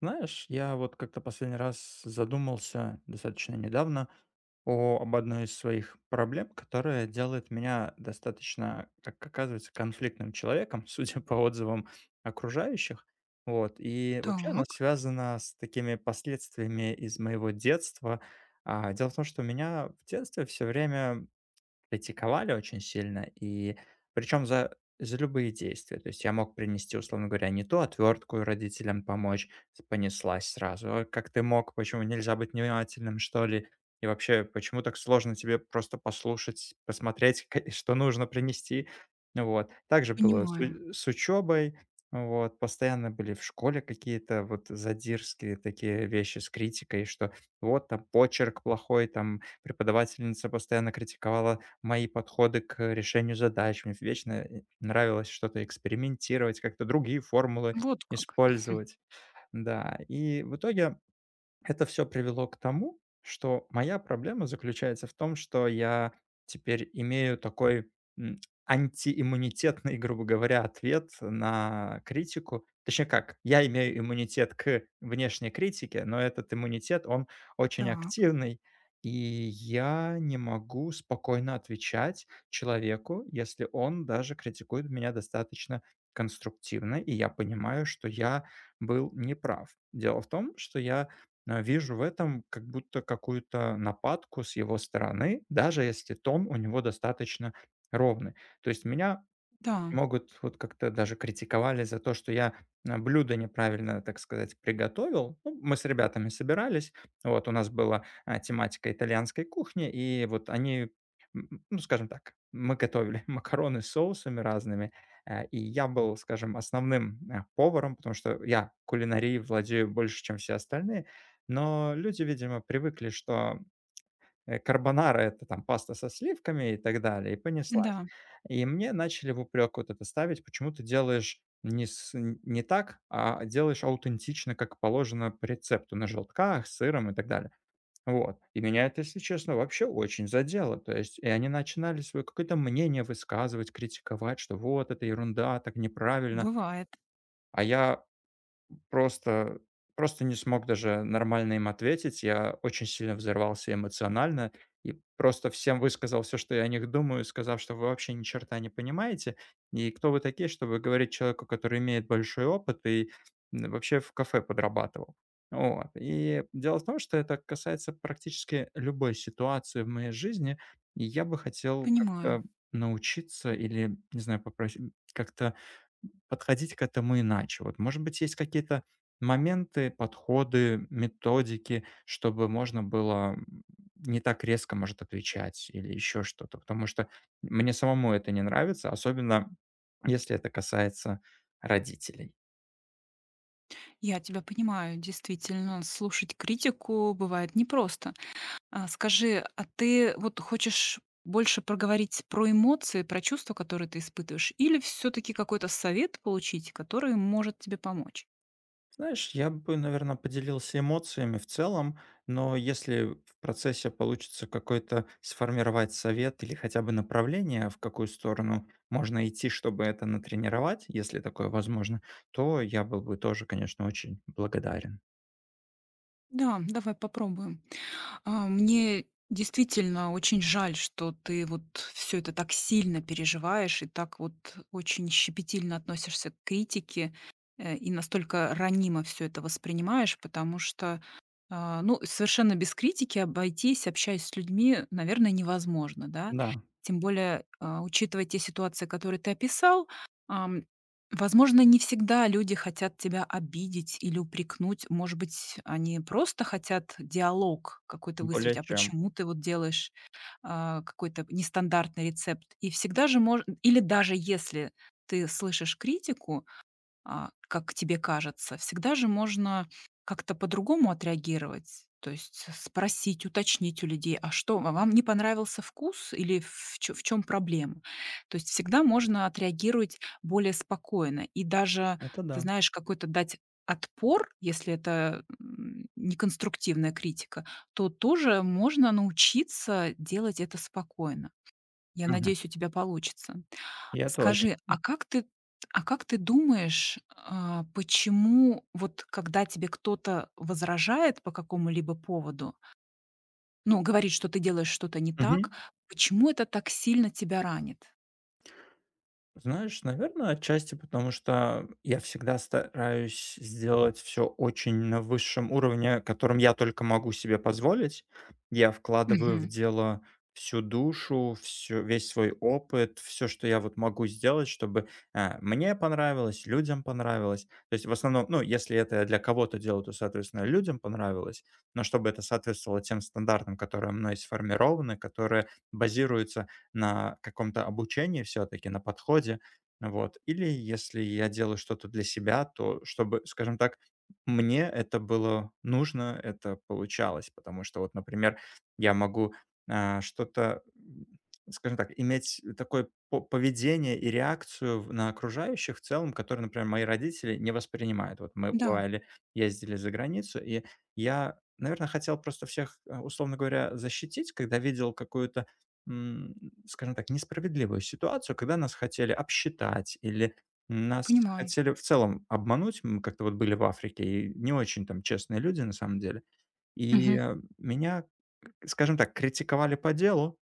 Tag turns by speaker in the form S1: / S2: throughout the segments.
S1: Знаешь, я вот как-то последний раз задумался достаточно недавно об одной из своих проблем, которая делает меня достаточно, как оказывается, конфликтным человеком, судя по отзывам окружающих. Вот. И вообще она
S2: Так,
S1: связана с такими последствиями из моего детства. А, дело в том, что у меня в детстве все время критиковали очень сильно, и причем за любые действия. То есть я мог принести, условно говоря, не ту отвертку родителям помочь, понеслась сразу. «А как ты мог? Почему нельзя быть внимательным, что ли? И вообще, почему так сложно тебе просто послушать, посмотреть, что нужно принести?» Ну вот. Также было
S2: понимаю.
S1: с учебой. Вот. Постоянно были в школе какие-то вот задирские такие вещи с критикой, что вот там почерк плохой, там преподавательница постоянно критиковала мои подходы к решению задач. Мне вечно нравилось что-то экспериментировать, как-то другие формулы
S2: Вот как.
S1: использовать. Да, и в итоге это все привело к тому, что моя проблема заключается в том, что я теперь имею такой, м, антииммунитетный, грубо говоря, ответ на критику. Точнее как, я имею иммунитет к внешней критике, но этот иммунитет, он очень
S2: Так,
S1: активный, и я не могу спокойно отвечать человеку, если он даже критикует меня достаточно конструктивно, и я понимаю, что я был неправ. Дело в том, что я вижу в этом как будто какую-то нападку с его стороны, даже если тон у него достаточно ровный. То есть меня
S2: да,
S1: могут вот как-то даже критиковали за то, что блюдо неправильно, так сказать, приготовил. Ну, мы с ребятами собирались, вот у нас была, тематика итальянской кухни, и вот ну, скажем так, мы готовили макароны с соусами разными, и я был, скажем, основным, поваром, потому что я кулинарией владею больше, чем все остальные. Но люди, видимо, привыкли, что, карбонара — это там паста со сливками и так далее, и понеслась.
S2: да,
S1: И мне начали в упрек вот это ставить: «Почему ты делаешь не с н- не так, а делаешь аутентично, как положено по рецепту, на желтках, с сыром и так далее». Вот. И меня это, если честно, вообще очень задело. То есть и они начинали свое какое-то мнение высказывать, критиковать, что вот это ерунда, так неправильно.
S2: бывает.
S1: А я просто просто не смог даже нормально им ответить. Я очень сильно взорвался эмоционально и просто всем высказал все, что я о них думаю, сказав, что вы вообще ни черта не понимаете. И кто вы такие, чтобы говорить человеку, который имеет большой опыт и, вообще в кафе подрабатывал. Вот. И дело в том, что это касается практически любой ситуации в моей жизни. И я бы хотел
S2: Понимаю.
S1: как-то научиться или, не знаю, попросить как-то подходить к этому иначе? Вот, может быть, есть какие-то моменты, подходы, методики, чтобы можно было не так резко, может, отвечать или еще что-то? Потому что мне самому это не нравится, особенно если это касается родителей.
S2: Я тебя понимаю, действительно, слушать критику бывает непросто. А скажи, а ты вот хочешь больше проговорить про эмоции, про чувства, которые ты испытываешь, или все-таки какой-то совет получить, который может тебе помочь?
S1: Знаешь, я бы, наверное, поделился эмоциями в целом, но если в процессе получится какой-то сформировать совет или хотя бы направление, в какую сторону можно идти, чтобы это натренировать, если такое возможно, то я был бы тоже, конечно, очень благодарен.
S2: Да, давай попробуем. Мне действительно очень жаль, что ты вот все это так сильно переживаешь и так вот очень щепетильно относишься к критике, и настолько ранимо все это воспринимаешь, потому что ну, совершенно без критики обойтись, общаясь с людьми, наверное, невозможно, да?
S1: Да,
S2: Тем более, учитывая те ситуации, которые ты описал, возможно, не всегда люди хотят тебя обидеть или упрекнуть. Может быть, они просто хотят диалог какой-то
S1: более
S2: выстроить. А
S1: чем.
S2: почему ты вот делаешь какой-то нестандартный рецепт? И всегда же можно... Или даже если ты слышишь критику, как тебе кажется, всегда же можно как-то по-другому отреагировать, то есть спросить, уточнить у людей, а что, а вам не понравился вкус или чем проблема? То есть всегда можно отреагировать более спокойно и даже,
S1: Это
S2: ты
S1: да.
S2: знаешь, какой-то дать отпор, если это неконструктивная критика, то тоже можно научиться делать это спокойно. Я
S1: Мгм.
S2: надеюсь, у тебя получится.
S1: Я тоже.
S2: Скажи, а как ты думаешь, почему вот когда тебе кто-то возражает по какому-либо поводу, ну, говорит, что ты делаешь что-то не так,
S1: Мгм.
S2: почему это так сильно тебя ранит?
S1: Знаешь, наверное, отчасти потому, что я всегда стараюсь сделать все очень на высшем уровне, которым я только могу себе позволить. Я вкладываю в
S2: Мгм.
S1: дело всю душу, всю весь свой опыт, все, что я вот могу сделать, чтобы, мне понравилось, людям понравилось. То есть в основном, ну, если это я для кого-то делаю, то, соответственно, людям понравилось, но чтобы это соответствовало тем стандартам, которые мной сформированы, которые базируются на каком-то обучении все-таки, на подходе. Вот. Или если я делаю что-то для себя, то чтобы, скажем так, мне это было нужно, это получалось. Потому что вот, например, я могу что-то, скажем так, иметь такое поведение и реакцию на окружающих в целом, которые, например, мои родители не воспринимают. Вот мы
S2: Да,
S1: бывали, ездили за границу, и я, наверное, хотел просто всех, условно говоря, защитить, когда видел какую-то скажем так, несправедливую ситуацию, когда нас хотели обсчитать или нас
S2: понимаю.
S1: хотели в целом обмануть. Мы как-то вот были в Африке, и не очень там честные люди на самом деле. И,
S2: Мгм.
S1: меня, скажем так, критиковали по делу,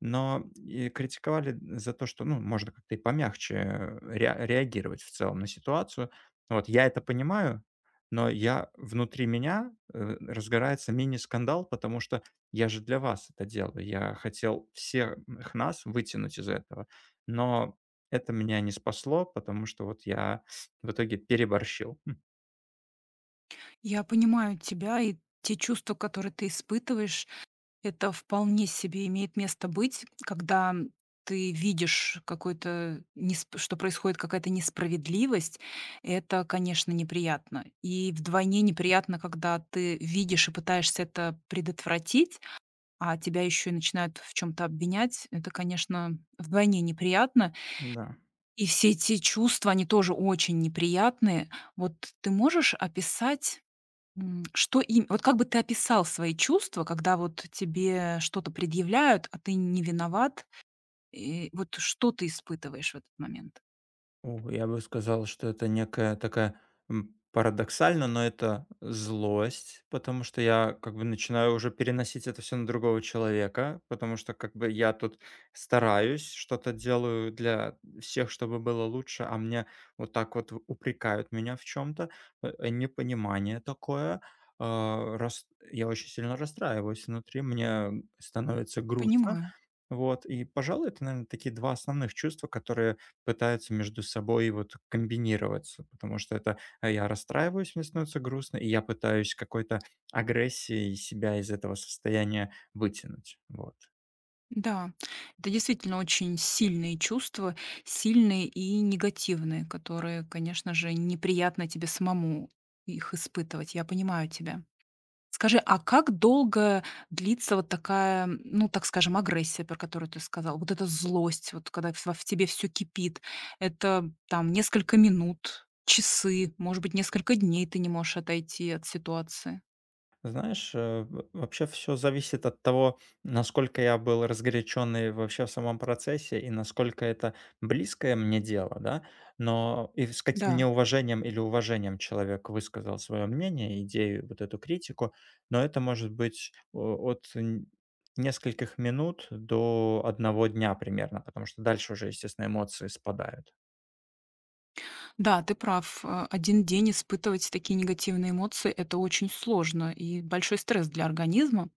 S1: но и критиковали за то, что, ну, можно как-то и помягче, реагировать в целом на ситуацию. Вот я это понимаю, но я внутри меня, разгорается мини-скандал, потому что я же для вас это делаю. Я хотел всех нас вытянуть из этого, но это меня не спасло, потому что вот я в итоге переборщил.
S2: Я понимаю тебя и те чувства, которые ты испытываешь. Это вполне себе имеет место быть, когда ты видишь какой-то, что происходит какая-то несправедливость, это, конечно, неприятно. И вдвойне неприятно, когда ты видишь и пытаешься это предотвратить, а тебя еще и начинают в чем-то обвинять. Это, конечно, вдвойне неприятно.
S1: Да.
S2: И все эти чувства, они тоже очень неприятные. Вот ты можешь описать что им вот как бы ты описал свои чувства, когда вот тебе что-то предъявляют, а ты не виноват? И вот что ты испытываешь в этот момент?
S1: О, я бы сказал, что это некая такая, парадоксально, но это злость, потому что я как бы начинаю уже переносить это все на другого человека, потому что как бы я тут стараюсь, что-то делаю для всех, чтобы было лучше, а мне вот так вот в упрекают меня в чем то непонимание такое. А, рас Я очень сильно расстраиваюсь внутри, мне становится грустно.
S2: Понимаю.
S1: Вот, и, пожалуй, это, наверное, такие 2 основных чувства, которые пытаются между собой вот комбинироваться, потому что это, я расстраиваюсь, мне становится грустно, и я пытаюсь какой-то агрессией себя из этого состояния вытянуть. Вот.
S2: Да, это действительно очень сильные чувства, сильные и негативные, которые, конечно же, неприятно тебе самому их испытывать. Я понимаю тебя. Скажи, а как долго длится вот такая, ну, так скажем, агрессия, про которую ты сказал? Вот эта злость, вот когда в тебе все кипит, это там несколько минут, часы, может быть, несколько дней ты не можешь отойти от ситуации.
S1: Знаешь, э, в вообще все зависит от того, насколько я был разгоряченный вообще в самом процессе, и насколько это близкое мне дело, да, но и с каким
S2: Да,
S1: неуважением или уважением человек высказал свое мнение, идею, вот эту критику. Но это может быть о от н нескольких минут до одного дня примерно, потому что дальше уже, естественно, эмоции спадают.
S2: да, ты прав. Один день испытывать такие негативные эмоции — это очень сложно и большой стресс для организма.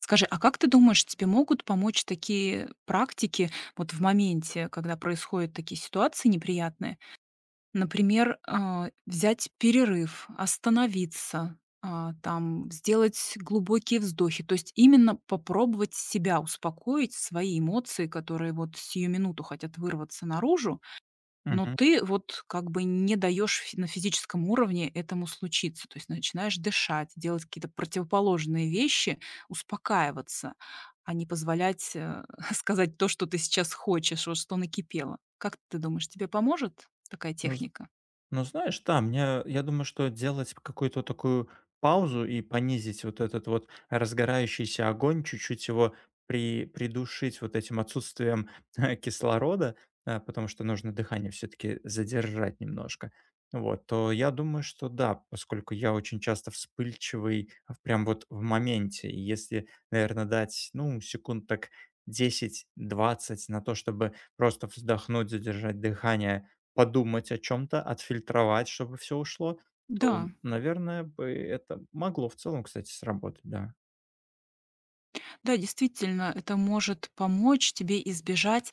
S2: Скажи, а как ты думаешь, тебе могут помочь такие практики вот в моменте, когда происходят такие ситуации неприятные? Например, взять перерыв, остановиться, там сделать глубокие вздохи. То есть именно попробовать себя успокоить, свои эмоции, которые вот сию минуту хотят вырваться наружу, но
S1: Мгм.
S2: ты вот как бы не даешь на физическом уровне этому случиться. То есть начинаешь дышать, делать какие-то противоположные вещи, успокаиваться, а не позволять сказать то, что ты сейчас хочешь, вот что накипело. Как ты думаешь, тебе поможет такая
S1: Ну,
S2: техника?
S1: Ну, знаешь, да, мне, я думаю, что делать какую-то такую паузу и понизить вот этот вот разгорающийся огонь, чуть-чуть его придушить вот этим отсутствием кислорода, потому что нужно дыхание все-таки задержать немножко. Вот, то я думаю, что да, поскольку я очень часто вспыльчивый прям вот в моменте. И если, наверное, дать, ну, секунд так 10-20 на то, чтобы просто вздохнуть, задержать дыхание, подумать о чем то отфильтровать, чтобы все ушло, то,
S2: Да,
S1: наверное бы, это могло в целом, кстати, сработать, да.
S2: да, действительно, это может помочь тебе избежать,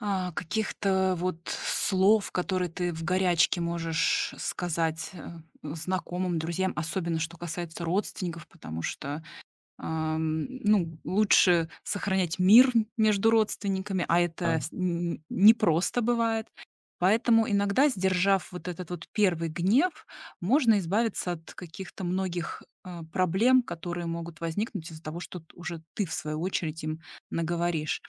S2: каких-то вот слов, которые ты в горячке можешь сказать, знакомым, друзьям, особенно что касается родственников, потому что ну, лучше сохранять мир между родственниками, а
S1: А,
S2: это вс н непросто бывает. Поэтому иногда, сдержав вот этот вот первый гнев, можно избавиться от каких-то многих, проблем, которые могут возникнуть из-за того, что т уже ты, в свою очередь, им наговоришь.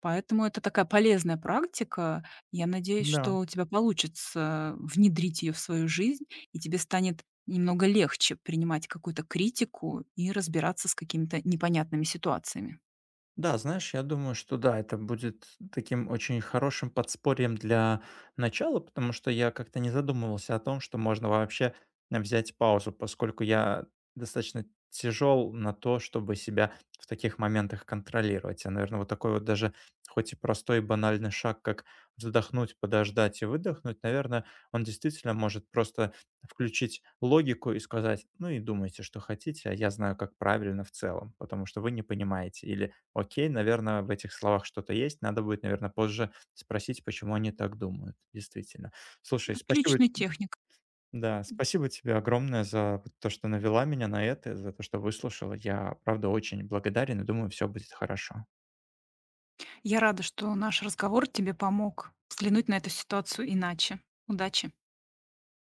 S2: Поэтому это такая полезная практика. Я надеюсь,
S1: да.
S2: что у тебя получится внедрить ее в свою жизнь, и тебе станет немного легче принимать какую-то критику и разбираться с какими-то непонятными ситуациями.
S1: Да, знаешь, я думаю, что да, это будет таким очень хорошим подспорьем для начала, потому что я как-то не задумывался о том, что можно вообще взять паузу, поскольку я достаточно тяжел на то, чтобы себя в таких моментах контролировать. А, наверное, вот такой вот даже, хоть и простой и банальный шаг, как вздохнуть, подождать и выдохнуть, наверное, он действительно может просто включить логику и сказать, ну и думайте, что хотите, а я знаю, как правильно в целом, потому что вы не понимаете, или окей, наверное, в этих словах что-то есть. Надо будет, наверное, позже спросить, почему они так думают. Действительно. Слушай, спасибо,
S2: Отличный техник.
S1: да, спасибо тебе огромное за вот то, что навела меня на это, за то, что выслушала. Я, правда, очень благодарен и думаю, все будет хорошо.
S2: Я рада, что наш разговор тебе помог взглянуть на эту ситуацию иначе. Удачи!